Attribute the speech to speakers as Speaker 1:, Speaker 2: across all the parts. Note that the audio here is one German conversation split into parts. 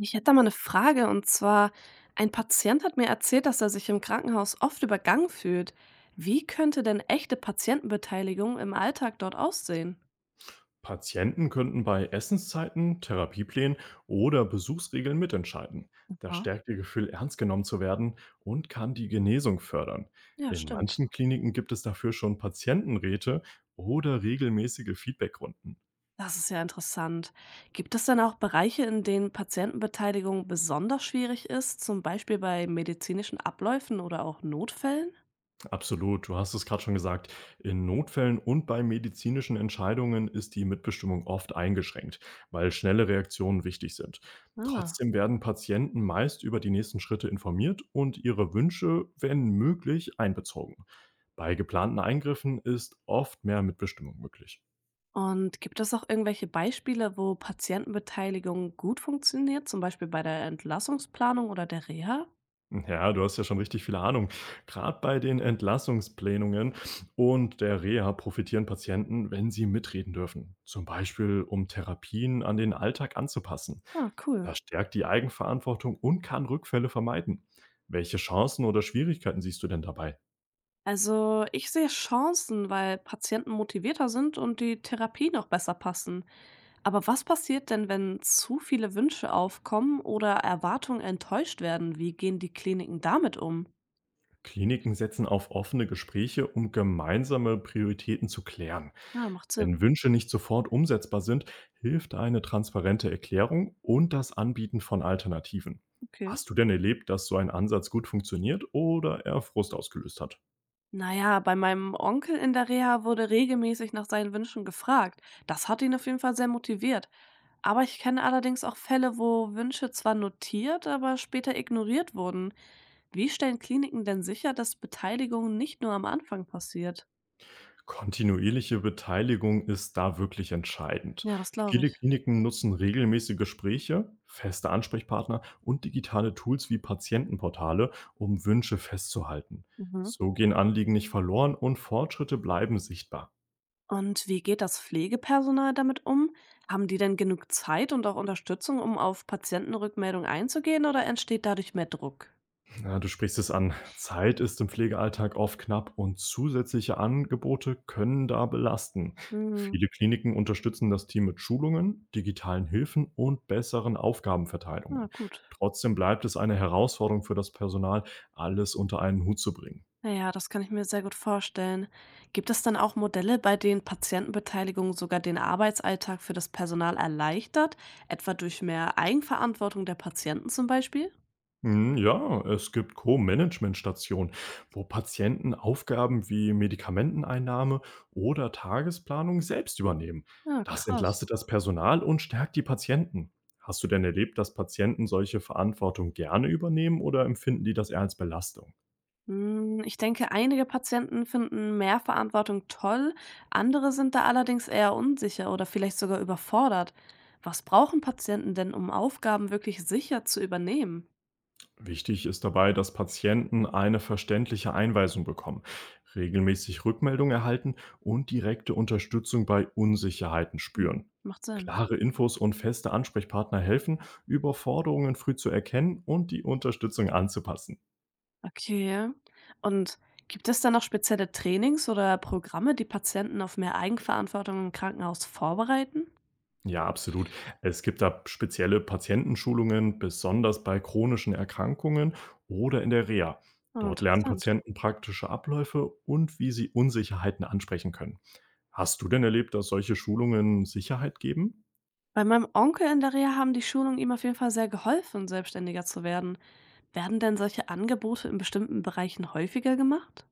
Speaker 1: Ich hätte da mal eine Frage und zwar, ein Patient hat mir erzählt, dass er sich im Krankenhaus oft übergangen fühlt. Wie könnte denn echte Patientenbeteiligung im Alltag dort aussehen?
Speaker 2: Patienten könnten bei Essenszeiten, Therapieplänen oder Besuchsregeln mitentscheiden. Das
Speaker 1: Aha.
Speaker 2: stärkt ihr Gefühl, ernst genommen zu werden und kann die Genesung fördern.
Speaker 1: Ja,
Speaker 2: In
Speaker 1: stimmt.
Speaker 2: manchen Kliniken gibt es dafür schon Patientenräte oder regelmäßige Feedbackrunden.
Speaker 1: Das ist ja interessant. Gibt es denn auch Bereiche, in denen Patientenbeteiligung besonders schwierig ist, zum Beispiel bei medizinischen Abläufen oder auch Notfällen?
Speaker 2: Absolut, du hast es gerade schon gesagt. In Notfällen und bei medizinischen Entscheidungen ist die Mitbestimmung oft eingeschränkt, weil schnelle Reaktionen wichtig sind.
Speaker 1: Ah.
Speaker 2: Trotzdem werden Patienten meist über die nächsten Schritte informiert und ihre Wünsche, wenn möglich, einbezogen. Bei geplanten Eingriffen ist oft mehr Mitbestimmung möglich.
Speaker 1: Und gibt es auch irgendwelche Beispiele, wo Patientenbeteiligung gut funktioniert, zum Beispiel bei der Entlassungsplanung oder der Reha?
Speaker 2: Ja, du hast ja schon richtig viel Ahnung. Gerade bei den Entlassungsplenungen und der Reha profitieren Patienten, wenn sie mitreden dürfen. Zum Beispiel, um Therapien an den Alltag anzupassen.
Speaker 1: Ah, cool.
Speaker 2: Das stärkt die Eigenverantwortung und kann Rückfälle vermeiden. Welche Chancen oder Schwierigkeiten siehst du denn dabei?
Speaker 1: Also, ich sehe Chancen, weil Patienten motivierter sind und die Therapien auch besser passen. Aber was passiert denn, wenn zu viele Wünsche aufkommen oder Erwartungen enttäuscht werden? Wie gehen die Kliniken damit um?
Speaker 2: Kliniken setzen auf offene Gespräche, um gemeinsame Prioritäten zu klären.
Speaker 1: Ah, macht
Speaker 2: Wenn
Speaker 1: Sinn.
Speaker 2: Wünsche nicht sofort umsetzbar sind, hilft eine transparente Erklärung und das Anbieten von Alternativen.
Speaker 1: Okay.
Speaker 2: Hast du denn erlebt, dass so ein Ansatz gut funktioniert oder eher Frust ausgelöst hat?
Speaker 1: Naja, bei meinem Onkel in der Reha wurde regelmäßig nach seinen Wünschen gefragt. Das hat ihn auf jeden Fall sehr motiviert. Aber ich kenne allerdings auch Fälle, wo Wünsche zwar notiert, aber später ignoriert wurden. Wie stellen Kliniken denn sicher, dass Beteiligung nicht nur am Anfang passiert?
Speaker 2: Kontinuierliche Beteiligung ist da wirklich entscheidend.
Speaker 1: Ja, das glaube
Speaker 2: Viele
Speaker 1: ich.
Speaker 2: Kliniken nutzen regelmäßige Gespräche, feste Ansprechpartner und digitale Tools wie Patientenportale, um Wünsche festzuhalten.
Speaker 1: Mhm.
Speaker 2: So gehen Anliegen nicht verloren und Fortschritte bleiben sichtbar.
Speaker 1: Und wie geht das Pflegepersonal damit um? Haben die denn genug Zeit und auch Unterstützung, um auf Patientenrückmeldungen einzugehen oder entsteht dadurch mehr Druck?
Speaker 2: Ja, du sprichst es an. Zeit ist im Pflegealltag oft knapp und zusätzliche Angebote können da belasten.
Speaker 1: Hm,
Speaker 2: Viele Kliniken unterstützen das Team mit Schulungen, digitalen Hilfen und besseren
Speaker 1: na
Speaker 2: Aufgabenverteilungen.
Speaker 1: gut.
Speaker 2: Trotzdem bleibt es eine Herausforderung für das Personal, alles unter einen Hut zu bringen.
Speaker 1: Naja, das kann ich mir sehr gut vorstellen. Gibt es dann auch Modelle, bei denen Patientenbeteiligung sogar den Arbeitsalltag für das Personal erleichtert? Etwa durch mehr Eigenverantwortung der Patienten zum Beispiel?
Speaker 2: Hm, ja, es gibt Co-Management-Stationen, wo Patienten Aufgaben wie Medikamenteneinnahme oder Tagesplanung selbst übernehmen.
Speaker 1: Ja,
Speaker 2: Das
Speaker 1: krass.
Speaker 2: entlastet das Personal und stärkt die Patienten. Hast du denn erlebt, dass Patienten solche Verantwortung gerne übernehmen oder empfinden die das eher als Belastung?
Speaker 1: Hm, ich denke, einige Patienten finden mehr Verantwortung toll, andere sind da allerdings eher unsicher oder vielleicht sogar überfordert. Was brauchen Patienten denn, um Aufgaben wirklich sicher zu übernehmen?
Speaker 2: Wichtig ist dabei, dass Patienten eine verständliche Einweisung bekommen, regelmäßig Rückmeldung erhalten und direkte Unterstützung bei Unsicherheiten
Speaker 1: Mhm.
Speaker 2: spüren.
Speaker 1: Macht Sinn.
Speaker 2: Klare Infos und feste Ansprechpartner helfen, Überforderungen früh zu erkennen und die Unterstützung anzupassen.
Speaker 1: Okay. Und gibt es da noch spezielle Trainings oder Programme, die Patienten auf mehr Eigenverantwortung im Krankenhaus vorbereiten?
Speaker 2: Ja, absolut. Es gibt da spezielle Patientenschulungen, besonders bei chronischen Erkrankungen oder in der Reha.
Speaker 1: Oh,
Speaker 2: Dort lernen
Speaker 1: interessant.
Speaker 2: Patienten praktische Abläufe und wie sie Unsicherheiten ansprechen können. Hast du denn erlebt, dass solche Schulungen Sicherheit geben?
Speaker 1: Bei meinem Onkel in der Reha haben die Schulungen ihm auf jeden Fall sehr geholfen, selbstständiger zu werden. Werden denn solche Angebote in bestimmten Bereichen häufiger gemacht?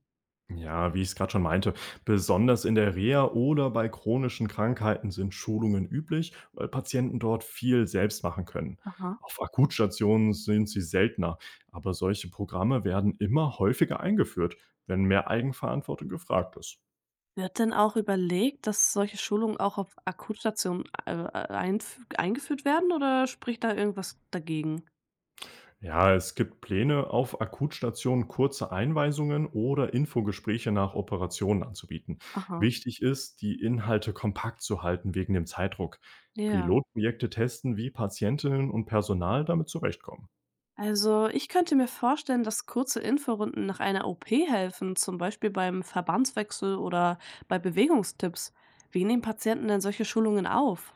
Speaker 2: Ja, wie ich es gerade schon meinte, besonders in der Reha oder bei chronischen Krankheiten sind Schulungen üblich, weil Patienten dort viel selbst machen können.
Speaker 1: Aha.
Speaker 2: Auf Akutstationen sind sie seltener, aber solche Programme werden immer häufiger eingeführt, wenn mehr Eigenverantwortung gefragt ist.
Speaker 1: Wird denn auch überlegt, dass solche Schulungen auch auf Akutstationen einf eingeführt werden oder spricht da irgendwas dagegen?
Speaker 2: Ja, es gibt Pläne, auf Akutstationen kurze Einweisungen oder Infogespräche nach Operationen anzubieten.
Speaker 1: Aha.
Speaker 2: Wichtig ist, die Inhalte kompakt zu halten wegen dem Zeitdruck.
Speaker 1: Ja.
Speaker 2: Pilotprojekte testen, wie Patientinnen und Personal damit zurechtkommen.
Speaker 1: Also ich könnte mir vorstellen, dass kurze Inforunden nach einer OP helfen, zum Beispiel beim Verbandswechsel oder bei Bewegungstipps. Wie nehmen Patienten denn solche Schulungen auf?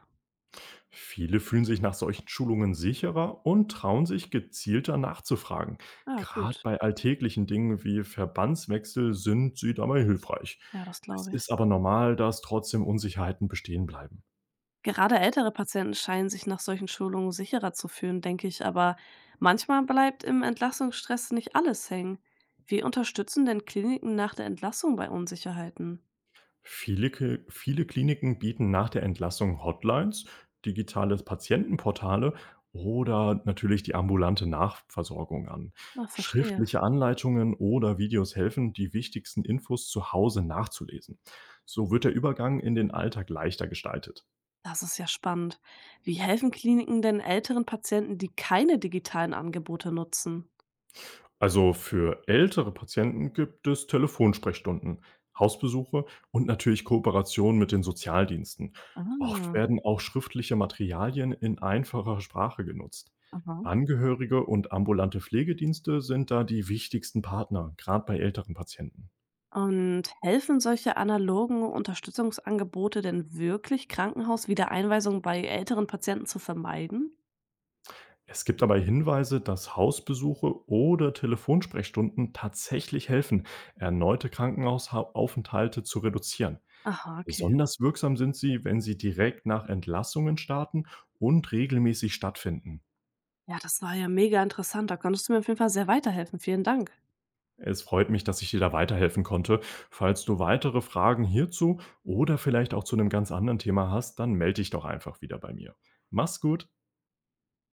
Speaker 2: Viele fühlen sich nach solchen Schulungen sicherer und trauen sich gezielter nachzufragen.
Speaker 1: Ah,
Speaker 2: Gerade
Speaker 1: gut.
Speaker 2: bei alltäglichen Dingen wie Verbandswechsel sind sie dabei hilfreich.
Speaker 1: Ja, das
Speaker 2: Es
Speaker 1: glaube ich.
Speaker 2: ist aber normal, dass trotzdem Unsicherheiten bestehen bleiben.
Speaker 1: Gerade ältere Patienten scheinen sich nach solchen Schulungen sicherer zu fühlen, denke ich, aber manchmal bleibt im Entlassungsstress nicht alles hängen. Wie unterstützen denn Kliniken nach der Entlassung bei Unsicherheiten?
Speaker 2: Viele Kliniken bieten nach der Entlassung Hotlines, digitale Patientenportale oder natürlich die ambulante Nachversorgung an.
Speaker 1: Na, verstehe.
Speaker 2: Schriftliche Anleitungen oder Videos helfen, die wichtigsten Infos zu Hause nachzulesen. So wird der Übergang in den Alltag leichter gestaltet.
Speaker 1: Das ist ja spannend. Wie helfen Kliniken denn älteren Patienten, die keine digitalen Angebote nutzen?
Speaker 2: Also für ältere Patienten gibt es Telefonsprechstunden, Hausbesuche und natürlich Kooperationen mit den Sozialdiensten. Oft
Speaker 1: Ah,
Speaker 2: werden auch schriftliche Materialien in einfacher Sprache genutzt.
Speaker 1: aha.
Speaker 2: Angehörige und ambulante Pflegedienste sind da die wichtigsten Partner, gerade bei älteren Patienten.
Speaker 1: Und helfen solche analogen Unterstützungsangebote denn wirklich, Krankenhauswiedereinweisungen bei älteren Patienten zu vermeiden?
Speaker 2: Es gibt dabei Hinweise, dass Hausbesuche oder Telefonsprechstunden tatsächlich helfen, erneute Krankenhausaufenthalte zu reduzieren.
Speaker 1: Aha, okay.
Speaker 2: Besonders wirksam sind sie, wenn sie direkt nach Entlassungen starten und regelmäßig stattfinden.
Speaker 1: Ja, das war ja mega interessant. Da konntest du mir auf jeden Fall sehr weiterhelfen. Vielen Dank.
Speaker 2: Es freut mich, dass ich dir da weiterhelfen konnte. Falls du weitere Fragen hierzu oder vielleicht auch zu einem ganz anderen Thema hast, dann melde dich doch einfach wieder bei mir. Mach's gut.